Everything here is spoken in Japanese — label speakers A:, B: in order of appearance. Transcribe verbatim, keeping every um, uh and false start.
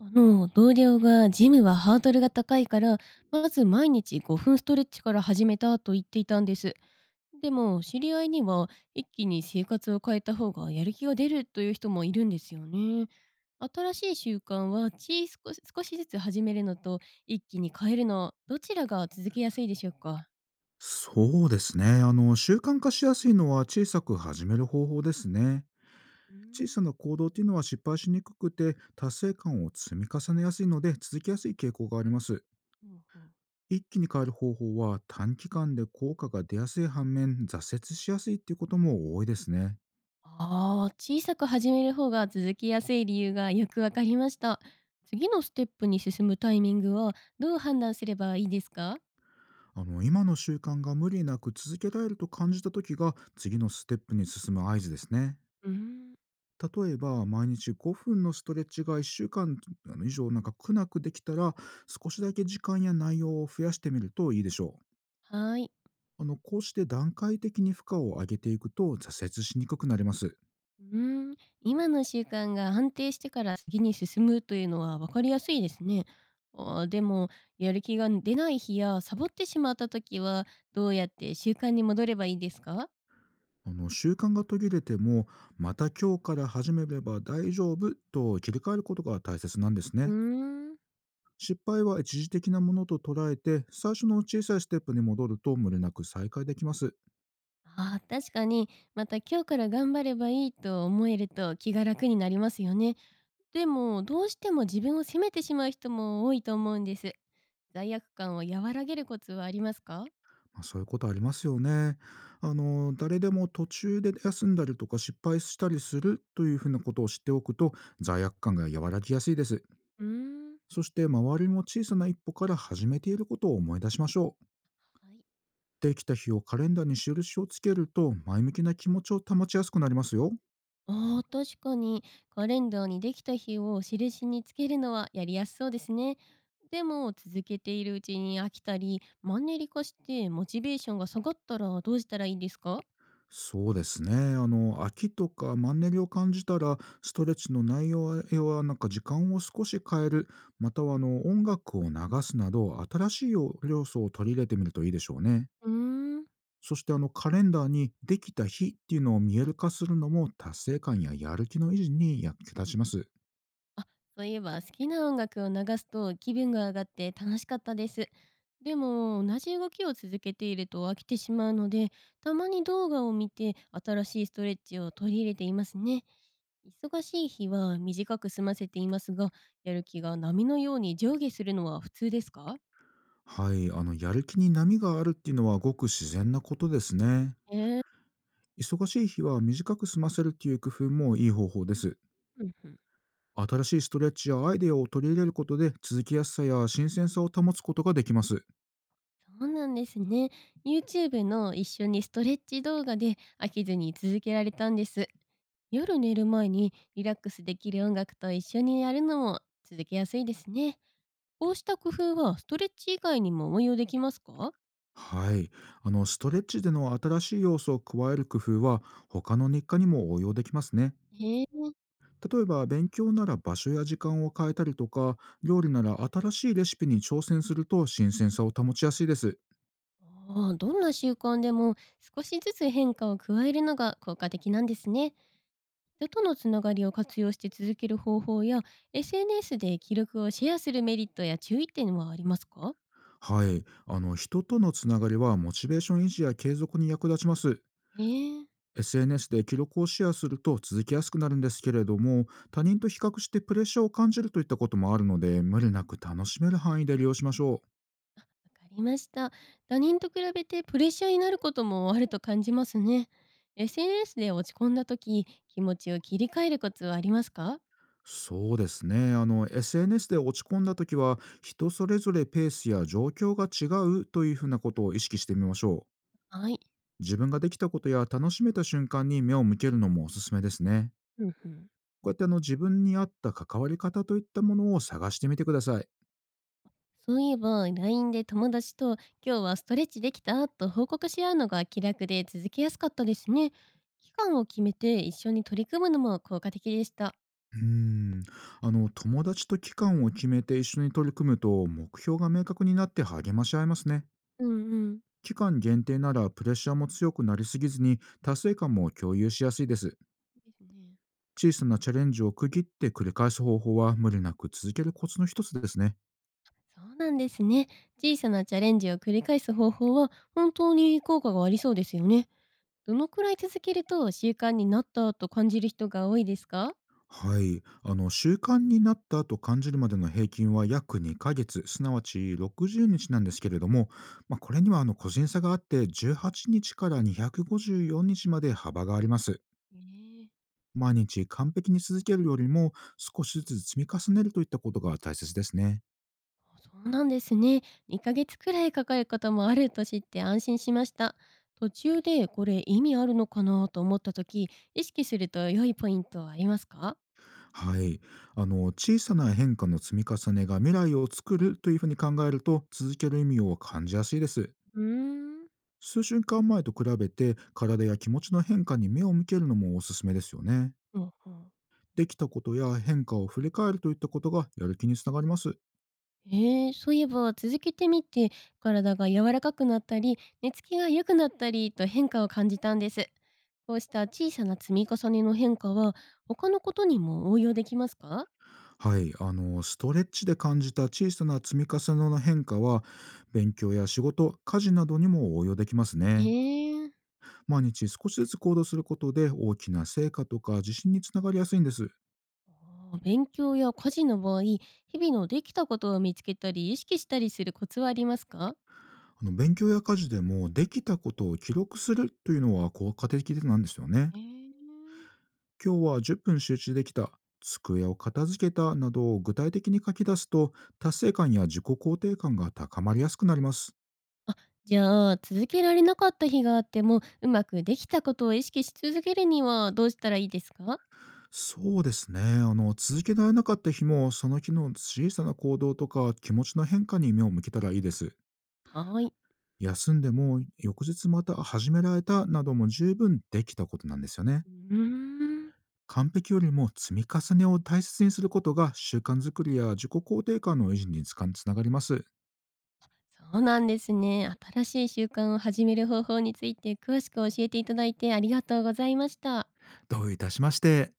A: あの、同僚がジムはハードルが高いから、まず毎日ごふんストレッチから始めたと言っていたんです。でも、知り合いには一気に生活を変えた方がやる気が出るという人もいるんですよね。新しい習慣は小少し少しずつ始めるのと一気に変えるの、どちらが続けやすいでしょうか？
B: そうですね。あの、習慣化しやすいのは小さく始める方法ですね。
A: うー
B: 小
A: ん。
B: さな行動っていうのは失敗しにくくて、達成感を積み重ねやすいので、続きやすい傾向があります。
A: うんうん。
B: 一気に変える方法は短期間で効果が出やすい反面、挫折しやすいっていうことも多いですね。
A: ああ、小さく始める方が続きやすい理由がよくわかりました。次のステップに進むタイミングはどう判断すればいいですか？
B: あの、今の習慣が無理なく続けられると感じた時が、次のステップに進む合図ですね。
A: うーん。
B: 例えば、毎日ごふんのストレッチがいっしゅうかんあの以上なんか苦なくできたら、少しだけ時間や内容を増やしてみるといいでしょう。
A: はい。
B: あのこうして段階的に負荷を上げていくと挫折しにくくなります。
A: うーん、今の習慣が安定してから次に進むというのは分かりやすいですね。あーでも、やる気が出ない日やサボってしまった時は、どうやって習慣に戻ればいいですか？
B: あの習慣が途切れても、また今日から始めれば大丈夫と切り替えることが大切なんです
A: うー
B: ね。
A: ん。
B: 失敗は一時的なものと捉えて、最初の小さいステップに戻ると無理なく再開できます。
A: あー、確かに、また今日から頑張ればいいと思えると気が楽になりますよね。でも、どうしても自分を責めてしまう人も多いと思うんです。罪悪感を和らげるコツはありますか？
B: まあ、そういうことありますよね。あの、誰でも途中で休んだりとか失敗したりするというふうなことを知っておくと、罪悪感が和らぎやすいです。
A: うーん。
B: そして周りも小さな一歩から始めていることを思い出しましょう。
A: はい。
B: できた日をカレンダーに印をつけると、前向きな気持ちを保ちやすくなりますよ。
A: あー、確かに、カレンダーにできた日を印につけるのはやりやすそうですね。でも、続けているうちに飽きたり、マンネリ化してモチベーションが下がったらどうしたらいいですか？
B: そうですね。あの、飽きとかマンネリを感じたら、ストレッチの内容や、なんか時間を少し変える、またはあの、音楽を流すなど、新しい要素を取り入れてみるといいでしょうね。
A: うーん。
B: そしてあの、カレンダーにできた日っていうのを見える化するのも、達成感ややる気の維持に役立ちます。
A: あ、そういえば好きな音楽を流すと気分が上がって楽しかったです。でも同じ動きを続けていると飽きてしまうので、たまに動画を見て新しいストレッチを取り入れていますね。忙しい日は短く済ませていますが、やる気が波のように上下するのは普通ですか？
B: はい、あの、やる気に波があるっていうのはごく自然なことですね。
A: えー。
B: 忙しい日は短く済ませるっていう工夫もいい方法です。
A: うんうん。
B: 新しいストレッチやアイデアを取り入れることで続きやすさや新鮮さを保つことができます。
A: そうなんですね。ユーチューブ の一緒にストレッチ動画で飽きずに続けられたんです。夜寝る前にリラックスできる音楽と一緒にやるのも続けやすいですね。こうした工夫はストレッチ以外にも応用できますか？
B: はい。あの、ストレッチでの新しい要素を加える工夫は他の日課にも応用できますね。
A: へえ。
B: 例えば、勉強なら場所や時間を変えたりとか、料理なら新しいレシピに挑戦すると新鮮さを保ちやすいです。
A: ああ、どんな習慣でも少しずつ変化を加えるのが効果的なんですね。人とのつながりを活用して続ける方法や エスエヌエス で記録をシェアするメリットや注意点はありますか？
B: はい。あの、人とのつながりはモチベーション維持や継続に役立ちます。
A: へえ。
B: エスエヌエス で記録をシェアすると続きやすくなるんですけれども、他人と比較してプレッシャーを感じるといったこともあるので、無理なく楽しめる範囲で利用しましょ
A: わかりました。他人と比べてプレッシャーになることもあると感じますね。エスエヌエス で落ち込んだ時、気持ちを切り替えるコツはありますか？
B: う。そうですね。あの エスエヌエス で落ち込んだ時は、人それぞれペースや状況が違うというふうなことを意識してみましょう。
A: はい。
B: 自分ができたことや楽しめた瞬間に目を向けるのもおすすめですね。
A: うんうん。
B: こうやってあの自分に合った関わり方といったものを探してみてください。
A: そういえば、ライン で友達と今日はストレッチできたと報告し合うのが気楽で続けやすかったですね。期間を決めて一緒に取り組むのも効果的でした。
B: うーんあの友達と期間を決めて一緒に取り組むと、目標が明確になって励まし合いますね。
A: うんうん。
B: 期間限定ならプレッシャーも強くなりすぎずに、達成感も共有しやすいです。
A: ですね。
B: 小さなチャレンジを区切って繰り返す方法は無理なく続けるコツの一つですね。
A: そうなんですね。小さなチャレンジを繰り返す方法は本当に効果がありそうですよね。どのくらい続けると習慣になったと感じる人が多いですか？
B: はい。あの、習慣になったと感じるまでの平均は約にかげつ、すなわちろくじゅうにちなんですけれども、まあ、これにはあの個人差があって、じゅうはちにちからにひゃくごじゅうよんにちまで幅があります。
A: ねえ。
B: 毎日完璧に続けるよりも少しずつ積み重ねるといったことが大切ですね。
A: あ、そうなんですね。にかげつくらいかかることもあると知って安心しました。途中でこれ意味あるのかなと思った時、意識すると良いポイントはありますか？
B: はい。あの、小さな変化の積み重ねが未来を作るというふうに考えると続ける意味を感じやすいです。
A: うーん。
B: 数週間前と比べて体や気持ちの変化に目を向けるのもおすすめですよね。
A: うんうん。
B: できたことや変化を振り返るといったことがやる気につながります。
A: えー、そういえば続けてみて体が柔らかくなったり寝つきが良くなったりと変化を感じたんです。こうした小さな積み重ねの変化は他のことにも応用できますか？
B: はい。あの、ストレッチで感じた小さな積み重ねの変化は勉強や仕事、家事などにも応用できます
A: へ
B: ね。
A: え。
B: 毎日少しずつ行動することで大きな成果とか自信につながりやすいんです。
A: あー、勉強や家事の場合、日々のできたことを見つけたり意識したりするコツはありますか？
B: あの勉強や家事でもできたことを記録するというのは効果的なんですよね。
A: へえ。
B: 今日はじゅっぷん集中できた、机を片付けたなどを具体的に書き出すと達成感や自己肯定感が高まりやすくなります。
A: あ、じゃあ、続けられなかった日があっても、うまくできたことを意識し続けるにはどうしたらいいですか？
B: そうですね。あの続けられなかった日もその日の小さな行動とか気持ちの変化に目を向けたらいいです。
A: はい。
B: 休んでも翌日また始められたなども十分できたことなんですよね。
A: うーん。
B: 完璧よりも積み重ねを大切にすることが習慣づくりや自己肯定感の維持につかつながります。
A: そうなんですね。新しい習慣を始める方法について詳しく教えていただいてありがとうございました。
B: どういたしまして。